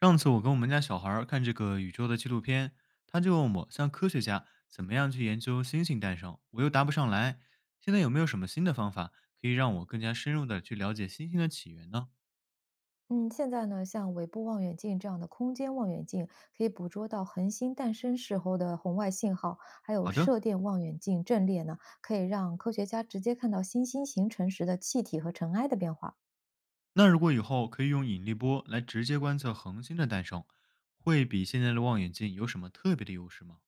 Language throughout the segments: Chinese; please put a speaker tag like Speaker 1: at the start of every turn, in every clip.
Speaker 1: 上次我跟我们家小孩儿看这个宇宙的纪录片，他就问我，像科学家怎么样去研究星星诞生，我又答不上来。现在有没有什么新的方法可以让我更加深入的去了解星星的起源呢？
Speaker 2: 嗯，现在呢，像尾部望远镜这样的空间望远镜，可以捕捉到恒星诞生时候的红外信号，还有
Speaker 1: 好的，
Speaker 2: 射电望远镜阵列呢，可以让科学家直接看到新星形成时的气体和尘埃的变化。
Speaker 1: 那如果以后可以用引力波来直接观测恒星的诞生，会比现在的望远镜有什么特别的优势吗？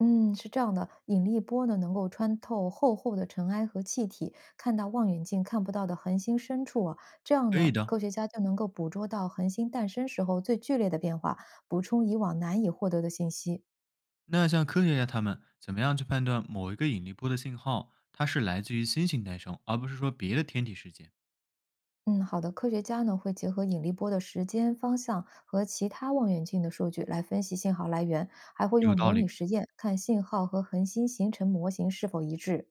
Speaker 2: 嗯，是这样的，引力波呢能够穿透厚厚的尘埃和气体，看到望远镜看不到的恒星深处啊。这样
Speaker 1: 可
Speaker 2: 呢，
Speaker 1: 以的。
Speaker 2: 科学家就能够捕捉到恒星诞生时候最剧烈的变化，补充以往难以获得的信息。
Speaker 1: 那像科学家他们怎么样去判断某一个引力波的信号，它是来自于星星诞生，而不是说别的天体事件？
Speaker 2: 嗯，好的。科学家呢会结合引力波的时间、方向和其他望远镜的数据来分析信号来源，还会
Speaker 1: 有
Speaker 2: 用
Speaker 1: 道
Speaker 2: 模拟
Speaker 1: 理。
Speaker 2: 实验看信号和恒星形成模型是否一致。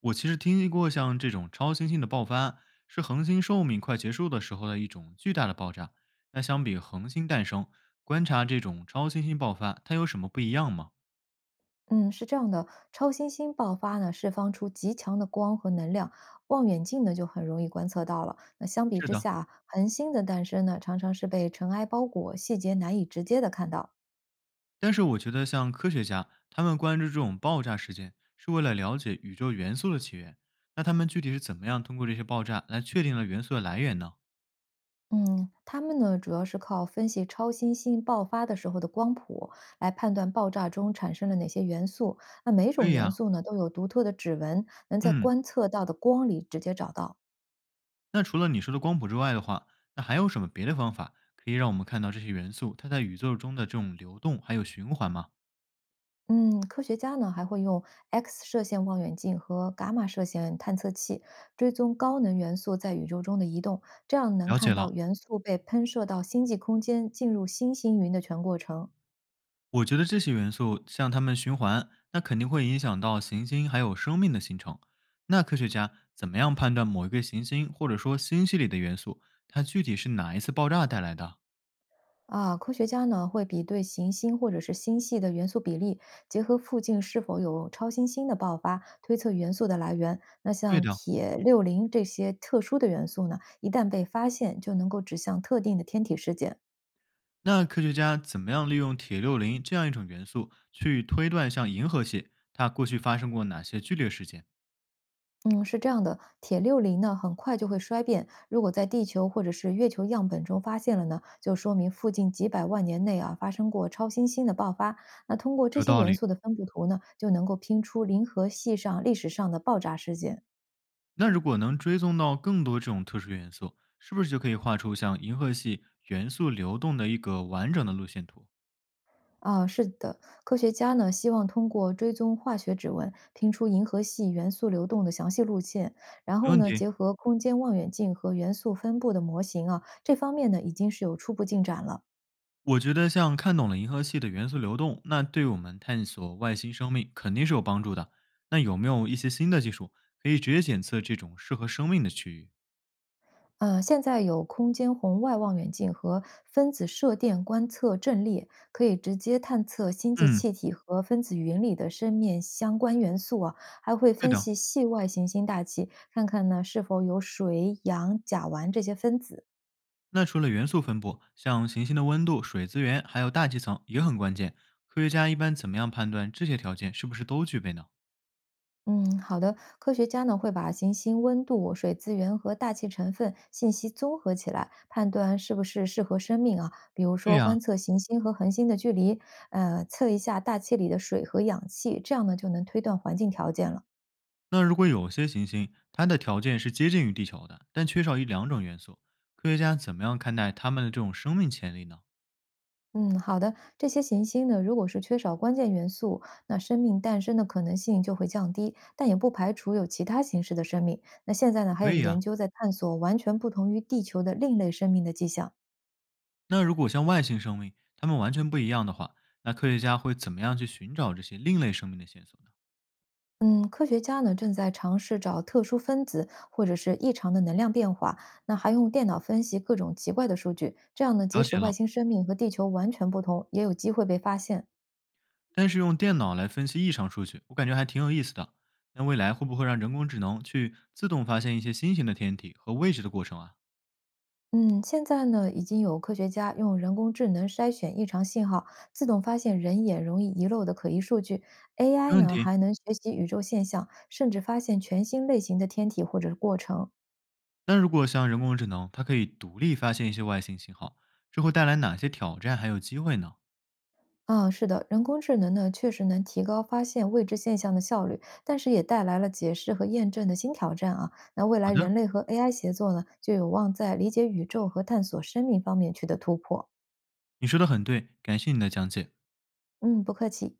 Speaker 1: 我其实听说过像这种超新星的爆发，是恒星寿命快结束的时候的一种巨大的爆炸。那相比恒星诞生，观察这种超新星爆发，它有什么不一样吗？
Speaker 2: 嗯，是这样的，超新星爆发呢释放出极强的光和能量，望远镜呢就很容易观测到了。那相比
Speaker 1: 是
Speaker 2: 之
Speaker 1: 的，
Speaker 2: 下，恒星的诞生呢常常是被尘埃包裹，细节难以直接的看到。
Speaker 1: 但是我觉得像科学家，他们关注这种爆炸事件，是为了了解宇宙元素的起源。那他们具体是怎么样通过这些爆炸来确定了元素的来源呢？
Speaker 2: 嗯，他们呢主要是靠分析超新星爆发的时候的光谱来判断爆炸中产生了哪些元素。那每种
Speaker 1: 对
Speaker 2: 元
Speaker 1: 呀，
Speaker 2: 素呢都有独特的指纹，能在
Speaker 1: 嗯，
Speaker 2: 观测到的光里直接找到。
Speaker 1: 那除了你说的光谱之外的话，那还有什么别的方法可以让我们看到这些元素它在宇宙中的这种流动还有循环吗？
Speaker 2: 嗯，科学家呢还会用 X 射线望远镜和伽马射线探测器追踪高能元素在宇宙中的移动，这样能
Speaker 1: 了解
Speaker 2: 看到
Speaker 1: 了，
Speaker 2: 元素被喷射到星际空间进入星星云的全过程。
Speaker 1: 我觉得这些元素像它们循环，那肯定会影响到行星还有生命的形成。那科学家怎么样判断某一个行星或者说星系里的元素，它具体是哪一次爆炸带来的？
Speaker 2: 啊，科学家呢会比对行星或者是星系的元素比例，结合附近是否有超新星的爆发，推测元素的来源。那
Speaker 1: 对
Speaker 2: 像
Speaker 1: 的，
Speaker 2: 铁六零这些特殊的元素呢，一旦被发现，就能够指向特定的天体事件。
Speaker 1: 那科学家怎么样利用铁-60这样一种元素去推断像银河系它过去发生过哪些剧烈事件？
Speaker 2: 嗯，是这样的，铁六零呢很快就会衰变，如果在地球或者是月球样本中发现了呢，就说明附近几百万年内啊发生过超新星的爆发。那通过这
Speaker 1: 有
Speaker 2: 些
Speaker 1: 道
Speaker 2: 元
Speaker 1: 理。
Speaker 2: 素的分布图呢，就能够拼出银河系上历史上的爆炸事件。
Speaker 1: 那如果能追踪到更多这种特殊元素，是不是就可以画出像银河系元素流动的一个完整的路线图？
Speaker 2: 啊，是的，科学家呢希望通过追踪化学指纹，拼出银河系元素流动的详细路线，然
Speaker 1: 没
Speaker 2: 后
Speaker 1: 问
Speaker 2: 呢，
Speaker 1: 题。
Speaker 2: 结合空间望远镜和元素分布的模型啊，这方面呢已经是有初步进展了。
Speaker 1: 我觉得像看懂了银河系的元素流动，那对我们探索外星生命肯定是有帮助的。那有没有一些新的技术可以直接检测这种适合生命的区域？
Speaker 2: 现在有空间红外望远镜和分子射电观测阵列，可以直接探测星际气
Speaker 1: 嗯，
Speaker 2: 体和分子云里的生面相关元素啊，还会
Speaker 1: 对
Speaker 2: 分
Speaker 1: 的。
Speaker 2: 析系外行星大气，看看呢是否有水、氧、甲烷这些分子。
Speaker 1: 那除了元素分布，像行星的温度、水资源还有大气层也很关键。科学家一般怎么样判断这些条件是不是都具备呢？
Speaker 2: 嗯，好的。科学家呢会把行星温度、水资源和大气成分信息综合起来，判断是不是适合生命啊。比如
Speaker 1: 对
Speaker 2: 说
Speaker 1: 呀、
Speaker 2: 观测行星和恒星的距离，测一下大气里的水和氧气，这样呢就能推断环境条件了。
Speaker 1: 那如果有些行星它的条件是接近于地球的，但缺少一两种元素，科学家怎么样看待它们的这种生命潜力呢？
Speaker 2: 嗯，好的。这些行星呢，如果是缺少关键元素，那生命诞生的可能性就会降低，但也不排除有其他形式的生命。那现在呢，还
Speaker 1: 可
Speaker 2: 有
Speaker 1: 以
Speaker 2: 研
Speaker 1: 啊，
Speaker 2: 究在探索完全不同于地球的另类生命的迹象。
Speaker 1: 那如果像外星生命，它们完全不一样的话，那科学家会怎么样去寻找这些另类生命的线索呢？
Speaker 2: 嗯，科学家呢正在尝试找特殊分子或者是异常的能量变化，那还用电脑分析各种奇怪的数据，这样呢，即
Speaker 1: 了
Speaker 2: 使
Speaker 1: 解
Speaker 2: 外
Speaker 1: 了，
Speaker 2: 星生命和地球完全不同，也有机会被发现。
Speaker 1: 但是用电脑来分析异常数据，我感觉还挺有意思的。那未来会不会让人工智能去自动发现一些新型的天体和位置的过程啊？
Speaker 2: 嗯，现在呢，已经有科学家用人工智能筛选异常信号，自动发现人眼容易遗漏的可疑数据。AI
Speaker 1: 没问
Speaker 2: 呢，
Speaker 1: 题。
Speaker 2: 还能学习宇宙现象，甚至发现全新类型的天体或者是过程。
Speaker 1: 那如果像人工智能，它可以独立发现一些外星信号，这会带来哪些挑战还有机会呢？
Speaker 2: 啊，是的，人工智能呢，确实能提高发现未知现象的效率，但是也带来了解释和验证的新挑战啊。那未
Speaker 1: 好
Speaker 2: 来
Speaker 1: 的，
Speaker 2: 人类和 AI 协作呢，就有望在理解宇宙和探索生命方面取得突破。
Speaker 1: 你说的很对，感谢你的讲解。
Speaker 2: 嗯，不客气。